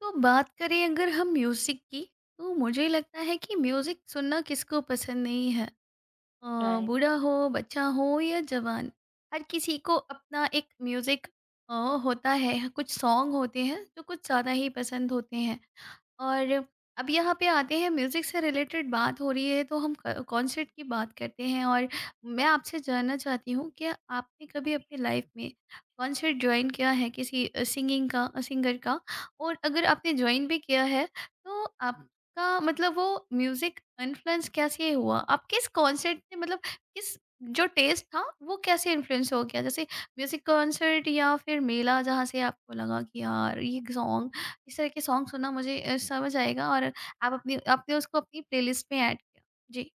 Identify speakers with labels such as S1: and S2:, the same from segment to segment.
S1: तो बात करें अगर हम म्यूज़िक की तो मुझे लगता है कि म्यूज़िक सुनना किसको पसंद नहीं है।
S2: राइट।
S1: बूढ़ा हो बच्चा हो या जवान हर किसी को अपना एक म्यूज़िक अ, होता है। कुछ सॉन्ग होते हैं जो कुछ ज़्यादा ही पसंद होते हैं। और अब यहाँ पे आते हैं, म्यूज़िक से रिलेटेड बात हो रही है तो हम कॉन्सर्ट की बात करते हैं। और मैं आपसे जानना चाहती हूँ कि आपने कभी अपनी लाइफ में कॉन्सर्ट ज्वाइन किया है, किसी सिंगिंग का, सिंगर का। और अगर आपने ज्वाइन भी किया है तो आपका मतलब वो म्यूज़िक इन्फ्लुएंस कैसे हुआ, आप किस कॉन्सर्ट से, मतलब किस, जो टेस्ट था वो कैसे इन्फ्लुएंस हो गया। जैसे म्यूज़िक कॉन्सर्ट या फिर मेला, जहाँ से आपको लगा कि यार ये सॉन्ग, इस तरह के सॉन्ग सुनना मुझे समझ आएगा, और आप अपनी आपने उसको अपनी प्लेलिस्ट में ऐड किया। जी।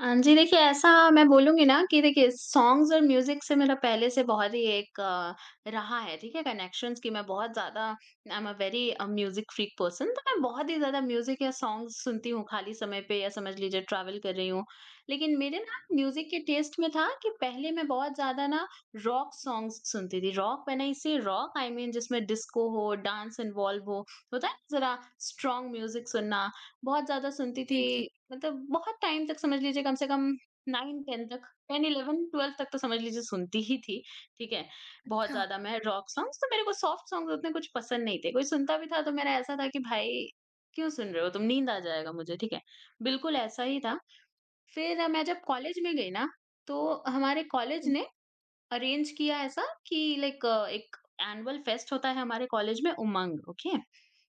S2: जी देखिए, ऐसा मैं बोलूँगी ना कि देखिए, सॉन्ग्स और म्यूज़िक से मेरा पहले से बहुत ही एक रहा है, ठीक है? कनेक्शंस कि मैं बहुत ज़्यादा I am a very music freak person, तो मैं बहुत ही ज़्यादा म्यूज़िक या सॉन्ग्स सुनती हूँ खाली समय पे, या समझ लीजिए ट्रैवल कर रही हूँ। लेकिन मेरे ना म्यूज़िक के टेस्ट में था कि पहले मैं बहुत ज़्यादा ना रॉक सॉन्ग्स सुनती थी। रॉक मैंने इसे रॉक आई मीन जिसमें डिस्को हो, डांस इन्वॉल्व हो, होता है ना ज़रा स्ट्रॉन्ग म्यूज़िक सुनना बहुत ज़्यादा सुनती थी,
S1: जी, जी।
S2: मतलब बहुत टाइम तक समझ लीजिए कम से कम 9-10 तक, 10-11-12 तक तो समझ लीजिए सुनती ही थी, ठीक है? बहुत
S1: अच्छा,
S2: ज़्यादा मैं रॉक सॉन्ग्स, तो मेरे को सॉफ्ट सॉन्ग्स उतने कुछ पसंद नहीं थे, कोई सुनता भी था तो मेरा ऐसा था कि भाई क्यों सुन रहे हो तुम? नींद आ जाएगा मुझे, ठीक है? बिल्कुल ऐसा ही था। फिर मैं जब कॉलेज में गई ना, तो हमारे कॉलेज
S1: ओके।
S2: ने अरेंज किया ऐसा कि लाइक एक एनुअल फेस्ट होता है हमारे कॉलेज में उमंग, ओके?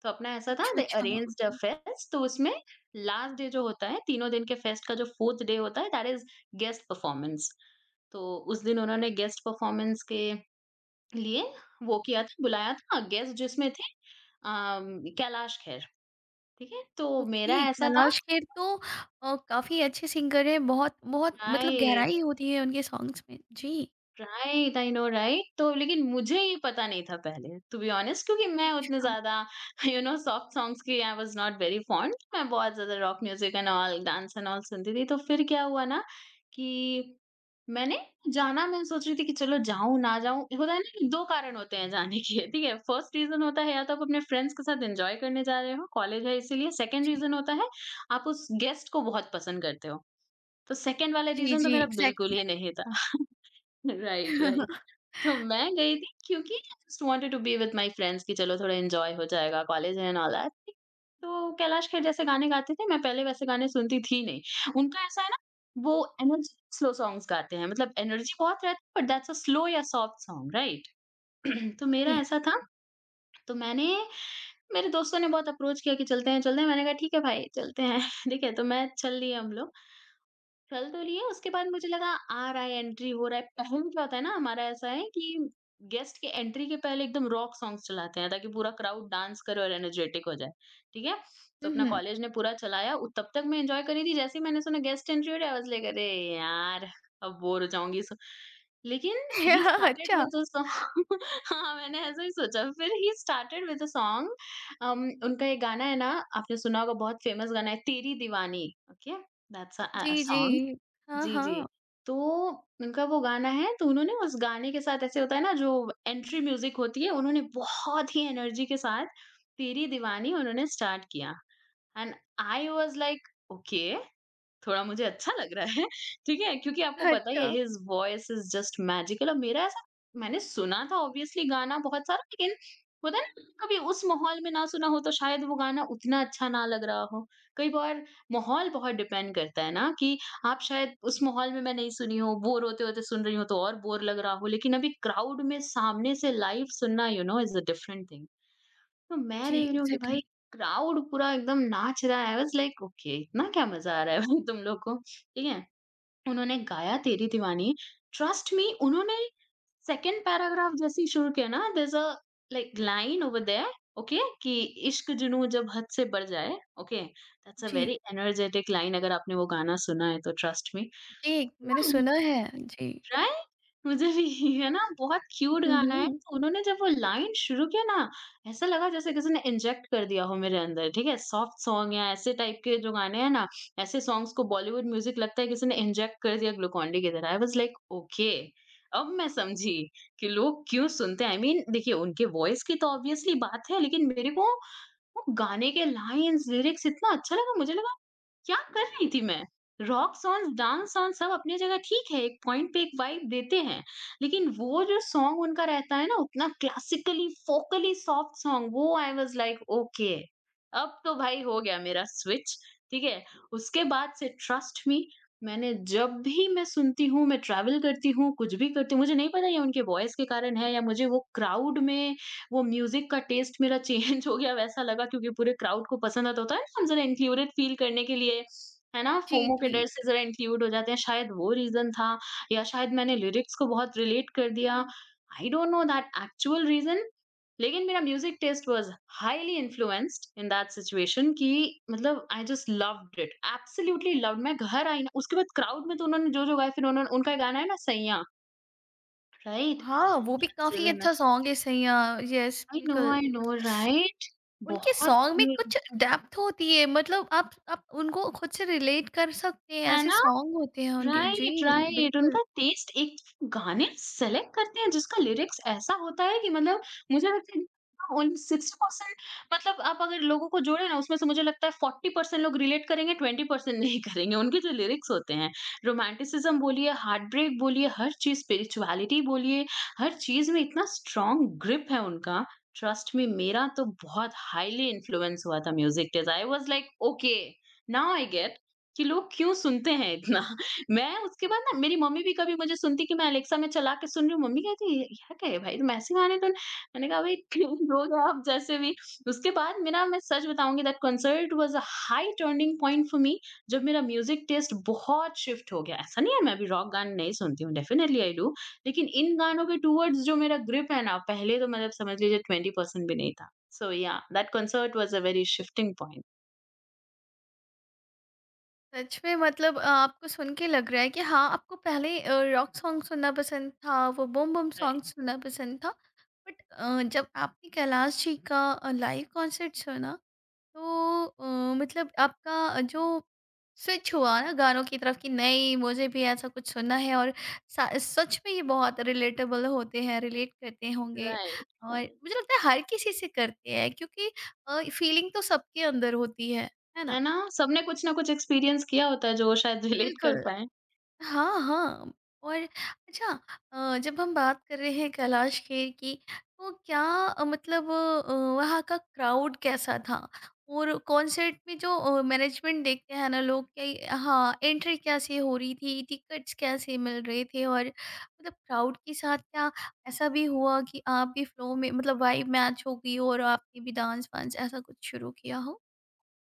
S2: तो अपना ऐसा था
S1: अच्छा,
S2: दे
S1: अच्छा,
S2: अरेंज्ड अ
S1: ओके।
S2: फेस्ट, तो उसमें लास्ट डे जो होता है, तीनों दिन के फेस्ट का जो 4th डे होता है दैट इज़ गेस्ट परफॉर्मेंस। तो उस दिन उन्होंने गेस्ट परफॉर्मेंस के लिए वो किया था, बुलाया था गेस्ट जिसमें थे कैलाश खेर, ठीक है? तो मेरा
S1: ओके,
S2: ऐसा था,
S1: कैलाश खेर तो काफ़ी अच्छे सिंगर हैं, बहुत बहुत मतलब
S2: आई
S1: गहराई होती है उनके सॉन्ग्स में। जी,
S2: राइट, आई नो राइट, तो लेकिन मुझे ये पता नहीं था पहले टू बी ऑनेस्ट, क्योंकि मैं उतने
S1: अच्छा,
S2: ज़्यादा यू नो सॉफ्ट सॉन्ग्स की I was not very fond, मैं बहुत ज़्यादा rock music and all, dance and all सुनती थी। तो फिर क्या हुआ ना कि मैंने जाना, मैं सोच रही थी कि चलो जाऊँ, ना जाऊँ, होता है ना 2 कारण होते हैं जाने के, ठीक है? फर्स्ट रीज़न होता है या तो आप अपने फ्रेंड्स के साथ एन्जॉय करने जा रहे हो, कॉलेज है इसीलिए। सेकंड
S1: जी।
S2: रीज़न होता है आप उस गेस्ट को बहुत पसंद करते हो। तो सेकंड वाला
S1: जी,
S2: रीज़न तो
S1: जी,
S2: मेरा बिल्कुल
S1: एग्ज़ैक्टली।
S2: ही नहीं था। Right, right. तो मैं गई थी क्योंकि I just wanted to be with my friends, कि चलो थोड़ा एन्जॉय हो जाएगा, कॉलेज है एंड ऑल दैट। तो कैलाश खेर जैसे गाने गाते थे, मैं पहले वैसे गाने सुनती थी नहीं। उनका ऐसा है ना, वो एनर्जी स्लो सॉन्ग्स गाते हैं, मतलब एनर्जी बहुत रहती है बट दैट्स अ स्लो या सॉफ्ट सॉन्ग राइट। तो मेरा
S1: जी,
S2: ऐसा था, तो मैंने मेरे दोस्तों ने बहुत अप्रोच किया कि चलते हैं, चलते हैं। मैंने कहा ठीक है भाई चलते हैं। ठीक है, तो मैं चल लिए हम लोग। चल तो लिया, उसके बाद मुझे लगा आ रहा है, एंट्री हो रहा है। पहले क्या होता है ना, हमारा ऐसा है कि गेस्ट के एंट्री के पहले एकदम रॉक सॉन्ग्स चलाते हैं ताकि पूरा क्राउड डांस करे और एनर्जेटिक हो जाए, ठीक है?
S1: हुँ,
S2: तो अपना
S1: हुँ।
S2: कॉलेज ने पूरा चलाया उ तब तक मैं एन्जॉय कर रही थी, जैसे ही मैंने सुना गेस्ट एंट्री हो रही है, आई वाज़ लाइक अरे यार! अब बोर हो जाऊँगी, सो लेकिन ही स्टार्टेड
S1: अच्छा,
S2: विद अ सॉन्ग। हाँ, मैंने ऐसा ही सोचा। फिर he started with a song उनका ये गाना है ना, आपने सुना होगा, बहुत फेमस गाना है तेरी दीवानी, ओके? दैट्स अ
S1: जी,
S2: सॉन्ग।
S1: जी। हाँ,
S2: जी, जी।
S1: हाँ।
S2: तो उनका वो गाना है तो उन्होंने उस गाने के साथ ऐसे होता है ना जो एंट्री म्यूज़िक होती है, उन्होंने बहुत ही एनर्जी के साथ तेरी दीवानी उन्होंने स्टार्ट किया, and I was like okay, थोड़ा मुझे अच्छा लग रहा है, ठीक है? क्योंकि आपको पता ही है,
S1: अच्छा,
S2: his voice is just magical, और मेरा ऐसा मैंने सुना था ऑब्वियसली गाना बहुत सारा, लेकिन होता है ना कभी उस माहौल में ना सुना हो तो शायद वो गाना उतना अच्छा ना लग रहा हो। कई बार माहौल बहुत डिपेंड करता है ना कि आप शायद उस माहौल में मैं नहीं सुनी हूँ, बोर होते-होते सुन रही हूँ तो और बोर लग रहा हो, लेकिन अभी क्राउड में सामने से लाइव सुनना you know is a different thing. तो मैं
S1: जी,
S2: देख रही हूँ कि भाई
S1: एग्ज़ैक्टली।
S2: क्राउड पूरा एकदम नाच रहा है। आई वाज़ लाइक ओके, इतना क्या मज़ा आ रहा है भाई तुम लोग को, ठीक है? उन्होंने गाया तेरी दीवानी, ट्रस्ट मी उन्होंने सेकंड पैराग्राफ जैसे ही शुरू किया ना there is a like line over there okay कि इश्क जुनूँ जब हद से बढ़ जाए, ओके दैट्स अ
S1: जी,
S2: वेरी एनर्जेटिक लाइन, अगर आपने वो गाना सुना है तो ट्रस्ट मी।
S1: जी, मैंने सुना है। जी।
S2: राइट? मुझे भी है ना बहुत क्यूट
S1: हुँ,
S2: गाना है,
S1: हुँ।
S2: तो उन्होंने जब वो लाइन शुरू किया ना, ऐसा लगा जैसे किसी ने इंजेक्ट कर दिया हो मेरे अंदर, ठीक है? सॉफ्ट सॉन्ग या ऐसे टाइप के जो गाने हैं ना, ऐसे सॉन्ग्स को बॉलीवुड म्यूज़िक लगता है किसी ने इंजेक्ट कर दिया ग्लूकोन-डी की तरह। आई वाज़ लाइक ओके, अब मैं समझी कि लोग क्यों सुनते हैं। आई मीन देखिए, उनके वॉइस की तो ऑब्वियसली बात है, लेकिन मेरे को वो गाने के लाइन्स, लिरिक्स इतना अच्छा लगा, मुझे लगा क्या कर रही थी मैं? रॉक सॉन्ग्स, डांस सॉन्ग्स सब अपनी जगह ठीक है, एक पॉइंट पे एक वाइब देते हैं। लेकिन वो जो सॉन्ग उनका रहता है ना उतना क्लासिकली, फोकली सॉफ्ट सॉन्ग वो आई वाज़ लाइक ओके, अब तो भाई हो गया मेरा स्विच, ठीक है? उसके बाद से ट्रस्ट मी मैंने जब भी मैं सुनती हूँ, मैं ट्रैवल करती हूँ, कुछ भी करती हूँ, मुझे नहीं पता ये उनके वॉइस के कारण है या मुझे वो क्राउड में वो म्यूज़िक का टेस्ट मेरा चेंज हो गया वैसा लगा, क्योंकि पूरे क्राउड को पसंद आता होता है ना, हम ज़रा इंक्लूडेड फ़ील करने के लिए, है ना?
S1: जी,
S2: फोमो के
S1: जी।
S2: डर से ज़रा इंक्लूड हो जाते हैं, शायद वो रीज़न था या शायद मैंने लिरिक्स को बहुत रिलेट कर दिया। I don't know that actual reason, लेकिन मेरा music taste was highly influenced in that situation कि मतलब I just loved it, absolutely loved, मैं घर आई ना उसके बाद क्राउड में तो उन्होंने जो-जो गाया फिर उन्होंने उनका गाना है ना सैयां,
S1: हाँ, वो भी काफ़ी अच्छा
S2: राइट?
S1: सॉन्ग है सैया, यस बिल्कुल।
S2: I know, right?
S1: उनके
S2: बहुत
S1: सॉन्ग में
S2: क्यूट
S1: कुछ डेप्थ होती है, मतलब आप उनको खुद से रिलेट कर सकते हैं,
S2: है
S1: ऐसे
S2: ना?
S1: सॉन्ग होते हैं उनके।
S2: राइट,
S1: जी,
S2: राइट,
S1: बिल्कुल।
S2: उनका टेस्ट एक गाने सेलेक्ट करते हैं जिसका लिरिक्स ऐसा होता है कि मतलब मुझे लगता है ओन 60%, मतलब आप अगर लोगों को जोड़े ना उसमें से मुझे लगता है 40% लोग रिलेट करेंगे, 20% नहीं करेंगे। उनके जो लिरिक्स होते हैं, रोमांटिसिज्म बोलिए, हार्ट ब्रेक बोलिए, हर चीज़ स्पिरिचुअलिटी बोलिए, हर चीज़ में इतना स्ट्रॉन्ग ग्रिप है उनका। ट्रस्ट मी मेरा तो बहुत हाईली इन्फ्लुएंस हुआ था music taste, I was like okay, now I get कि लोग क्यों सुनते हैं इतना। मैं उसके बाद ना मेरी मम्मी भी कभी मुझे सुनती कि मैं एलेक्सा में चला के सुन रही हूँ, मम्मी कहती है, "क्या कहे भाई तुम ऐसे गाने तो।" मैंने कहा, "भाई क्यों लोग आप जैसे भी।" उसके बाद मेरा मैं सच बताऊँगी that concert was a high turning point for me जब मेरा म्यूज़िक टेस्ट बहुत शिफ्ट हो गया। ऐसा नहीं है मैं अभी रॉक गाने नहीं सुनती हूँ, डेफिनिटली आई डू, लेकिन इन गानों के टुवर्ड्स जो मेरा ग्रिप है ना, पहले तो मतलब समझ लीजिए 20% भी नहीं था। So yeah that concert was a very shifting point.
S1: सच में मतलब आपको सुन के लग रहा है कि हाँ, आपको पहले रॉक सॉन्ग सुनना पसंद था, वो बूम बूम सॉन्ग
S2: राइट,
S1: सुनना पसंद था। बट जब आपने कैलाश जी का लाइव कॉन्सर्ट सुना तो मतलब आपका जो स्विच हुआ ना गानों की तरफ कि नहीं मुझे भी ऐसा कुछ सुनना है, और सच में ये बहुत रिलेटेबल होते हैं, रिलेट करते होंगे।
S2: राइट,
S1: और
S2: राइट।
S1: मुझे लगता है हर किसी से करते हैं क्योंकि फीलिंग तो सबके अंदर होती है ना?
S2: है ना? सबने कुछ ना कुछ एक्सपीरियंस किया होता है, जो शायद रिलेट कर
S1: बिल्कुल।
S2: पाएँ।
S1: हाँ, हाँ। और अच्छा, जब हम बात कर रहे हैं कैलाश खेर की, तो क्या मतलब वहाँ का क्राउड कैसा था? और कॉन्सर्ट में जो मैनेजमेंट देखते हैं ना लोग, कि हाँ, एंट्री कैसे हो रही थी, टिकट्स कैसे मिल रहे थे, और मतलब क्राउड के साथ क्या ऐसा भी हुआ कि आप भी फ्लो में, मतलब वाइब मैच हो गई हो और आपने भी डांस-वांस ऐसा कुछ शुरू किया हो?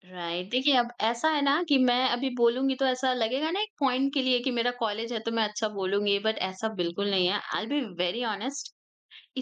S2: राइट देखिए, अब ऐसा है ना कि मैं अभी बोलूँगी तो ऐसा लगेगा ना एक पॉइंट के लिए कि मेरा कॉलेज है तो मैं अच्छा बोलूँगी, बट ऐसा बिल्कुल नहीं है। I will be very honest,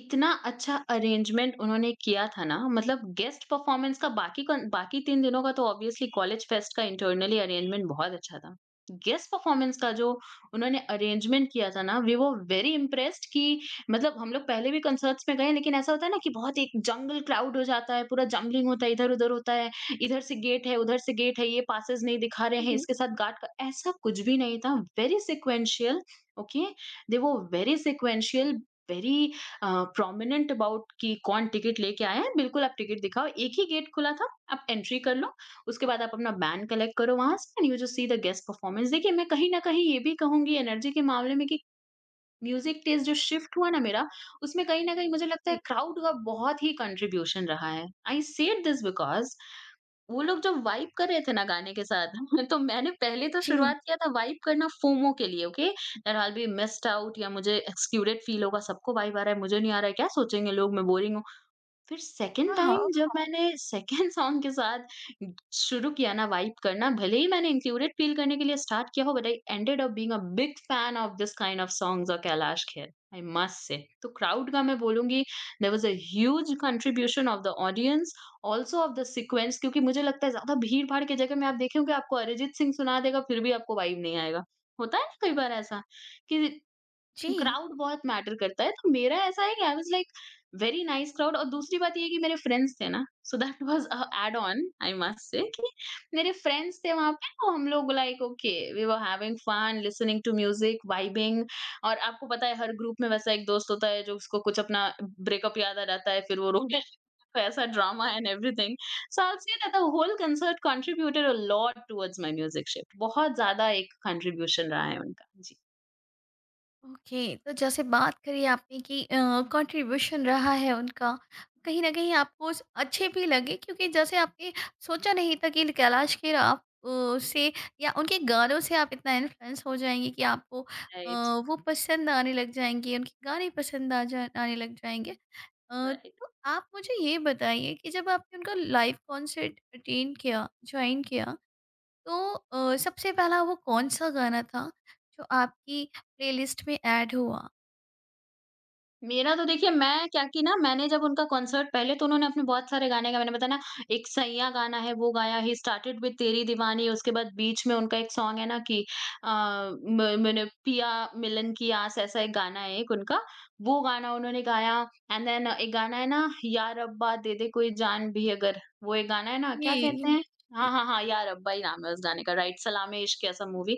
S2: इतना अच्छा अरेंजमेंट उन्होंने किया था ना, मतलब गेस्ट परफॉर्मेंस का बाकी कन बाकी 3 दिनों का तो ऑब्वियसली कॉलेज फेस्ट का इंटरनली अरेंजमेंट बहुत अच्छा था। गेस्ट परफॉर्मेंस का जो उन्होंने अरेंजमेंट किया था ना, वी वर वेरी इम्प्रेस्ड कि मतलब हम लोग पहले भी कंसर्ट्स में गए, लेकिन ऐसा होता है ना कि बहुत एक जंगल क्राउड हो जाता है, पूरा जंगलिंग होता है, इधर-उधर होता है, इधर से गेट है, उधर से गेट है, ये पासेस नहीं दिखा रहे
S1: हुँ, हुँ।
S2: हैं,
S1: हुँ, हुँ।
S2: इसके साथ गार्ड का ऐसा कुछ भी नहीं था। Very sequential okay, they were very sequential, very uh, prominent about कि कौन टिकट लेके आया है, बिल्कुल आप टिकट दिखाओ। एक ही गेट खुला था, आप एंट्री कर लो, उसके बाद आप अपना बैंड कलेक्ट करो वहाँ से and you just see the guest performance. देखिए, मैं कहीं न कहीं ये भी कहूँगी एनर्जी के मामले में कि म्यूज़िक टेस्ट जो शिफ्ट हुआ ना मेरा, उसमें कहीं न कहीं मुझे लगता है
S1: जी।
S2: क्राउड का बहुत ही कंट्रीब्यूशन रहा है। आई सेड दिस बिकॉज़ वो लोग जो वाइब कर रहे थे ना गाने के साथ तो मैंने पहले तो
S1: जी।
S2: शुरुआत किया था वाइब करना फोमो के लिए okay that I will be missed out या मुझे एक्सक्लूडेड फील होगा, सबको वाइब आ रहा है, मुझे नहीं आ रहा है, क्या सोचेंगे लोग, मैं बोरिंग। फिर सेकंड
S1: हाँ,
S2: टाइम
S1: हाँ।
S2: जब मैंने सेकंड सॉन्ग के साथ शुरू किया ना वाइब करना, भले ही मैंने इंक्लूडेड फ़ील करने के लिए स्टार्ट किया हो, but I ended up being a big fan of this kind of songs of Kailash Kher, I must say. तो क्राउड का मैं बोलूँगी, there was a huge contribution of the audience, also of the sequence. क्योंकि मुझे लगता है ज़्यादा भीड़-भाड़ की जगह में आप देखेंगे, आपको अरिजीत सिंह सुना देगा फिर भी आपको वाइब नहीं आएगा। होता है ना कई बार ऐसा कि
S1: जी।
S2: क्राउड बहुत मैटर करता है। तो मेरा ऐसा है कि I was like very nice crowd. और दूसरी बात ये है कि मेरे फ्रेंड्स थे ना, so that was a add on, I must say, कि मेरे फ्रेंड्स थे वहाँ पे। तो हम लोग like okay, we were having fun listening to music, vibing. और आपको पता है हर ग्रुप में वैसा एक दोस्त होता है जो उसको कुछ अपना ब्रेकअप याद आ जाता है फिर वो रोने लगता है। तो ऐसा drama and everything. So I'll say that the whole concert contributed a lot towards my music shift. बहुत ज़्यादा एक contribution रहा है उनका। जी,
S1: ओके, तो जैसे बात करी आपने कि कंट्रीब्यूशन रहा है उनका, कहीं ना कहीं आपको अच्छे भी लगे क्योंकि जैसे आपने सोचा नहीं था कि कैलाश खेर आप अ, से या उनके गानों से आप इतना इन्फ्लुएंस हो जाएंगे कि आपको अ,
S2: right,
S1: वो पसंद आने लग जाएंगे, उनके गाने पसंद आ जा आने लग जाएंगे। अ,
S2: right.
S1: तो आप मुझे ये बताइए कि जब आपने उनका लाइव कॉन्सर्ट अटेंड किया, ज्वाइन किया, तो सबसे पहला वो कौन-सा गाना था जो आपकी प्लेलिस्ट में ऐड हुआ?
S2: मेरा तो देखिए, मैं क्या कि ना, मैंने जब उनका कॉन्सर्ट, पहले तो उन्होंने अपने बहुत सारे गाने गाए, मैंने बताया ना, एक सैयां गाना है, वो गाया ही, स्टार्टेड विद तेरी दीवानी। उसके बाद बीच में उनका एक सॉन्ग है ना कि मैंने पिया मिलन की आस, ऐसा एक गाना है एक उनका। वो गाना उन्होंने गाया। एंड देन एक गाना है ना, या रब्बा दे दे कोई जान भी अगर, वो एक गाना है ना,
S1: जी,
S2: क्या कहते हैं,
S1: जी।
S2: हाँ हाँ हाँ, यार अब्बा ही नाम है उस गाने का, राइट, सलामे इश्क ऐसा मूवी।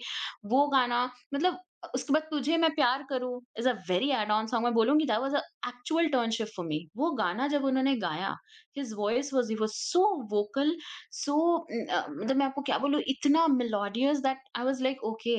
S2: वो गाना, मतलब उसके बाद तुझे मैं प्यार करूँ, is a very add on song, मैं बोलूँगी that was a actual turn shift for me. वो गाना जब उन्होंने गाया, his voice was, he was so vocal, so मतलब मैं आपको क्या बोलूँ, इतना melodious that I was like okay,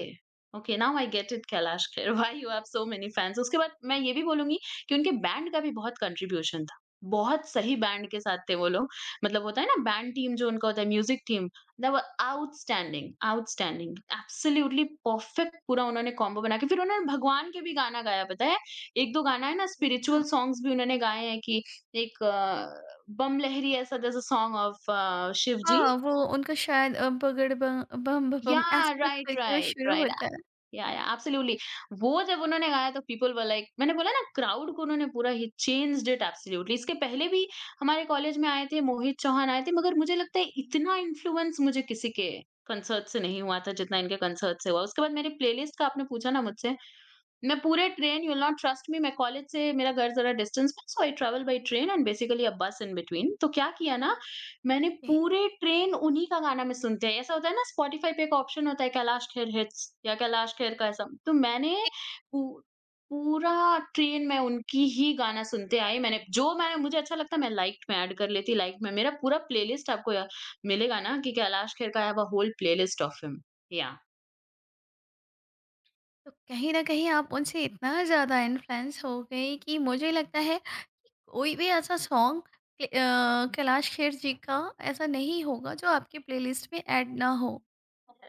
S2: okay now I get it Kailash Kher why you have so many fans. उसके बाद मैं ये भी बोलूँगी कि उनके बैंड का भी बहुत कंट्रीब्यूशन था। बहुत सही बैंड के साथ थे वो लोग। मतलब होता है ना बैंड टीम, जो उनका होता है music team. They were outstanding, outstanding, absolutely perfect. पूरा उन्होंने कॉम्बो बना के फिर उन्होंने भगवान के भी गाना गाया, पता है? 1-2 गाना है ना,
S1: अच्छा।
S2: स्पिरिचुअल सॉन्ग्स भी उन्होंने गाए हैं कि एक बम लहरी ऐसा, there's a song of Shiv जी।
S1: हाँ, वो उनका शायद अ, पगड़ ब बम
S2: या
S1: बम ऐसे कुछ
S2: राइट,
S1: करके वो
S2: राइट,
S1: शुरू
S2: राइट।
S1: होता है।
S2: या एब्सोल्युटली, वो जब उन्होंने गाया तो पीपल वर लाइक, मैंने बोला ना क्राउड को उन्होंने पूरा ही चेंज्ड इट एब्सोल्युटली। इसके पहले भी हमारे कॉलेज में आए थे, मोहित चौहान आए थे, मगर मुझे लगता है इतना इन्फ्लुएंस मुझे किसी के कंसर्ट से नहीं हुआ था जितना इनके कंसर्ट से हुआ। उसके बाद मेरी प्लेलिस्ट का आपने पूछा ना मुझसे, मैं पूरे train, you'll not trust me, मैं कॉलेज से मेरा घर ज़रा डिस्टेंस पे, so I travel by train and basically a bus in between. तो क्या किया ना, मैंने
S1: जी।
S2: पूरे ट्रेन उन्हीं का गाना मैं सुनते हैं। ऐसा होता है ना, स्पॉटिफ़ाई पे एक ऑप्शन होता है कैलाश खेर हिट्स या कैलाश खेर का ऐसा। तो मैंने
S1: जी,
S2: पू पूरा ट्रेन मैं उनकी ही गाना सुनते आई। मैंने जो मैं, मुझे अच्छा लगता मैं लाइक्ड में ऐड कर लेती लाइक में। मेरा पूरा प्लेलिस्ट आपको या मिलेगा ना कि कैलाश खेर का, I have a whole playlist of him. Yeah,
S1: तो कहीं न कहीं आप उनसे इतना ज़्यादा इन्फ्लुएंस हो गई कि मुझे लगता है कि कोई भी ऐसा सॉन्ग, कि कैलाश खेर जी का, ऐसा नहीं होगा जो आपकी प्लेलिस्ट में ऐड ना हो।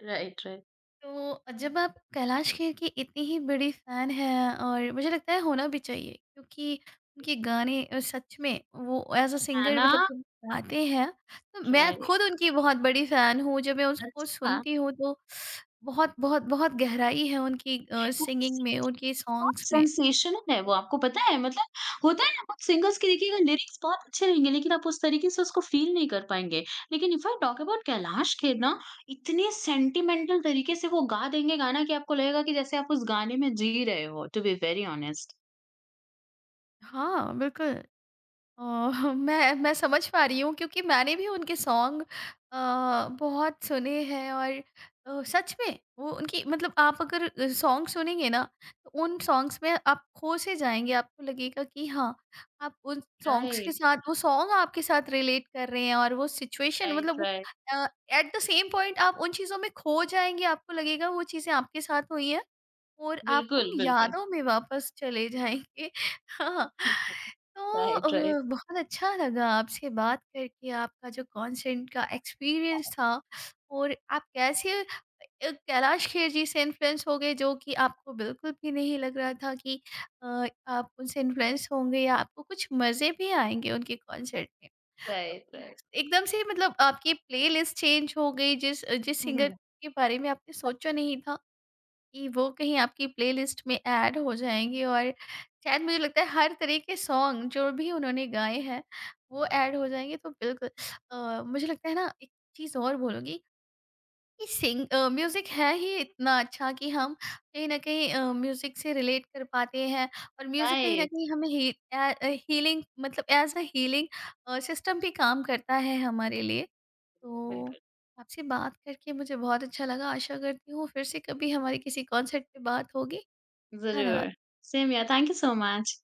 S2: Right, right.
S1: तो जब आप कैलाश खेर की इतनी ही बड़ी फैन हैं, और मुझे लगता है होना भी चाहिए, क्योंकि उनके गाने सच में वो, एज अ
S2: है
S1: सिंगर
S2: ना?
S1: मतलब, जब गाते हैं तो मैं
S2: राइट।
S1: खुद उनकी बहुत बड़ी फैन हूँ, जब मैं उसको
S2: अच्छा,
S1: सुनती हूँ तो बहुत बहुत बहुत गहराई है उनकी
S2: बहुत
S1: सिंगिंग में,
S2: सेंस,
S1: उनके
S2: बहुत
S1: सॉन्ग्स में।
S2: सेंसेशनल है वो, आपको पता है? मतलब होता है ना कुछ सिंगर्स की, देखिएगा लिरिक्स बहुत अच्छे रहेंगे लेकिन आप उस तरीके से उसको फ़ील नहीं कर पाएँगे। लेकिन if I talk about Kailash Kher ना, इतने सेंटिमेंटल तरीके से वो गा देंगे गाना कि आपको लगेगा कि जैसे आप उस गाने में जी रहे हो, टू बी वेरी ऑनेस्ट।
S1: हाँ बिल्कुल। अ, मैं समझ पा रही हूँ क्योंकि मैंने भी उनके सॉन्ग बहुत सुने हैं। और सच में वो उनकी, मतलब आप अगर सॉन्ग सुनेंगे ना, तो उन सॉन्ग्स में आप खो से जाएँगे। आपको लगेगा कि हाँ, आप उन सॉन्ग्स के
S2: राइट,
S1: साथ, वो सॉन्ग आपके साथ रिलेट कर रहे हैं, और वो सिचुएशन
S2: राइट,
S1: मतलब वो
S2: right.
S1: Uh, at the same point, आप उन चीज़ों में खो जाएँगे। आपको लगेगा वो चीज़ें आपके साथ हुई हैं, और आप उन
S2: बिल्कुल, बिल्कुल।
S1: यादों में वापस चले जाएँगे। हाँ, तो
S2: राइट, राइट।
S1: बहुत अच्छा लगा आपसे बात करके, आपका जो कॉन्सर्ट का एक्सपीरियंस था, और आप कैसे कैलाश खेर जी से इन्फ्लुएंस हो गए, जो कि आपको बिल्कुल भी नहीं लग रहा था कि आप उनसे इन्फ्लुएंस होंगे, या आपको कुछ मज़े भी आएँगे उनके कॉन्सर्ट में। तो
S2: राइट,
S1: एक
S2: राइट।
S1: एकदम से मतलब आपकी प्लेलिस्ट चेंज हो गई, जिस जिस
S2: हुँ,
S1: सिंगर
S2: हुँ।
S1: के बारे में आपने सोचा नहीं था, कि वो कहीं आपकी प्लेलिस्ट में ऐड हो जाएँगे, और शायद मुझे लगता है हर तरह के सॉन्ग जो भी उन्होंने गाए हैं, वो ऐड हो जाएँगे, तो बिल्कुल। मुझे लगता है ना, एक चीज़ और बोलूँगी, कि म्यूज़िक है ही इतना अच्छा कि हम कहीं न कहीं म्यूज़िक से रिलेट कर पाते हैं, और म्यूज़िक कहीं न
S2: राइट,
S1: कहीं हमें ही ए अ, हीलिंग मतलब एज़ अ हीलिंग सिस्टम भी काम करता है हमारे लिए। तो
S2: बिल्कुल।
S1: आपसे बात करके मुझे बहुत अच्छा लगा। आशा करती हूँ फिर से कभी हमारी किसी कॉन्सर्ट पे बात होगी। धन्यवाद।
S2: ज़रूर। Same here, thank you so much.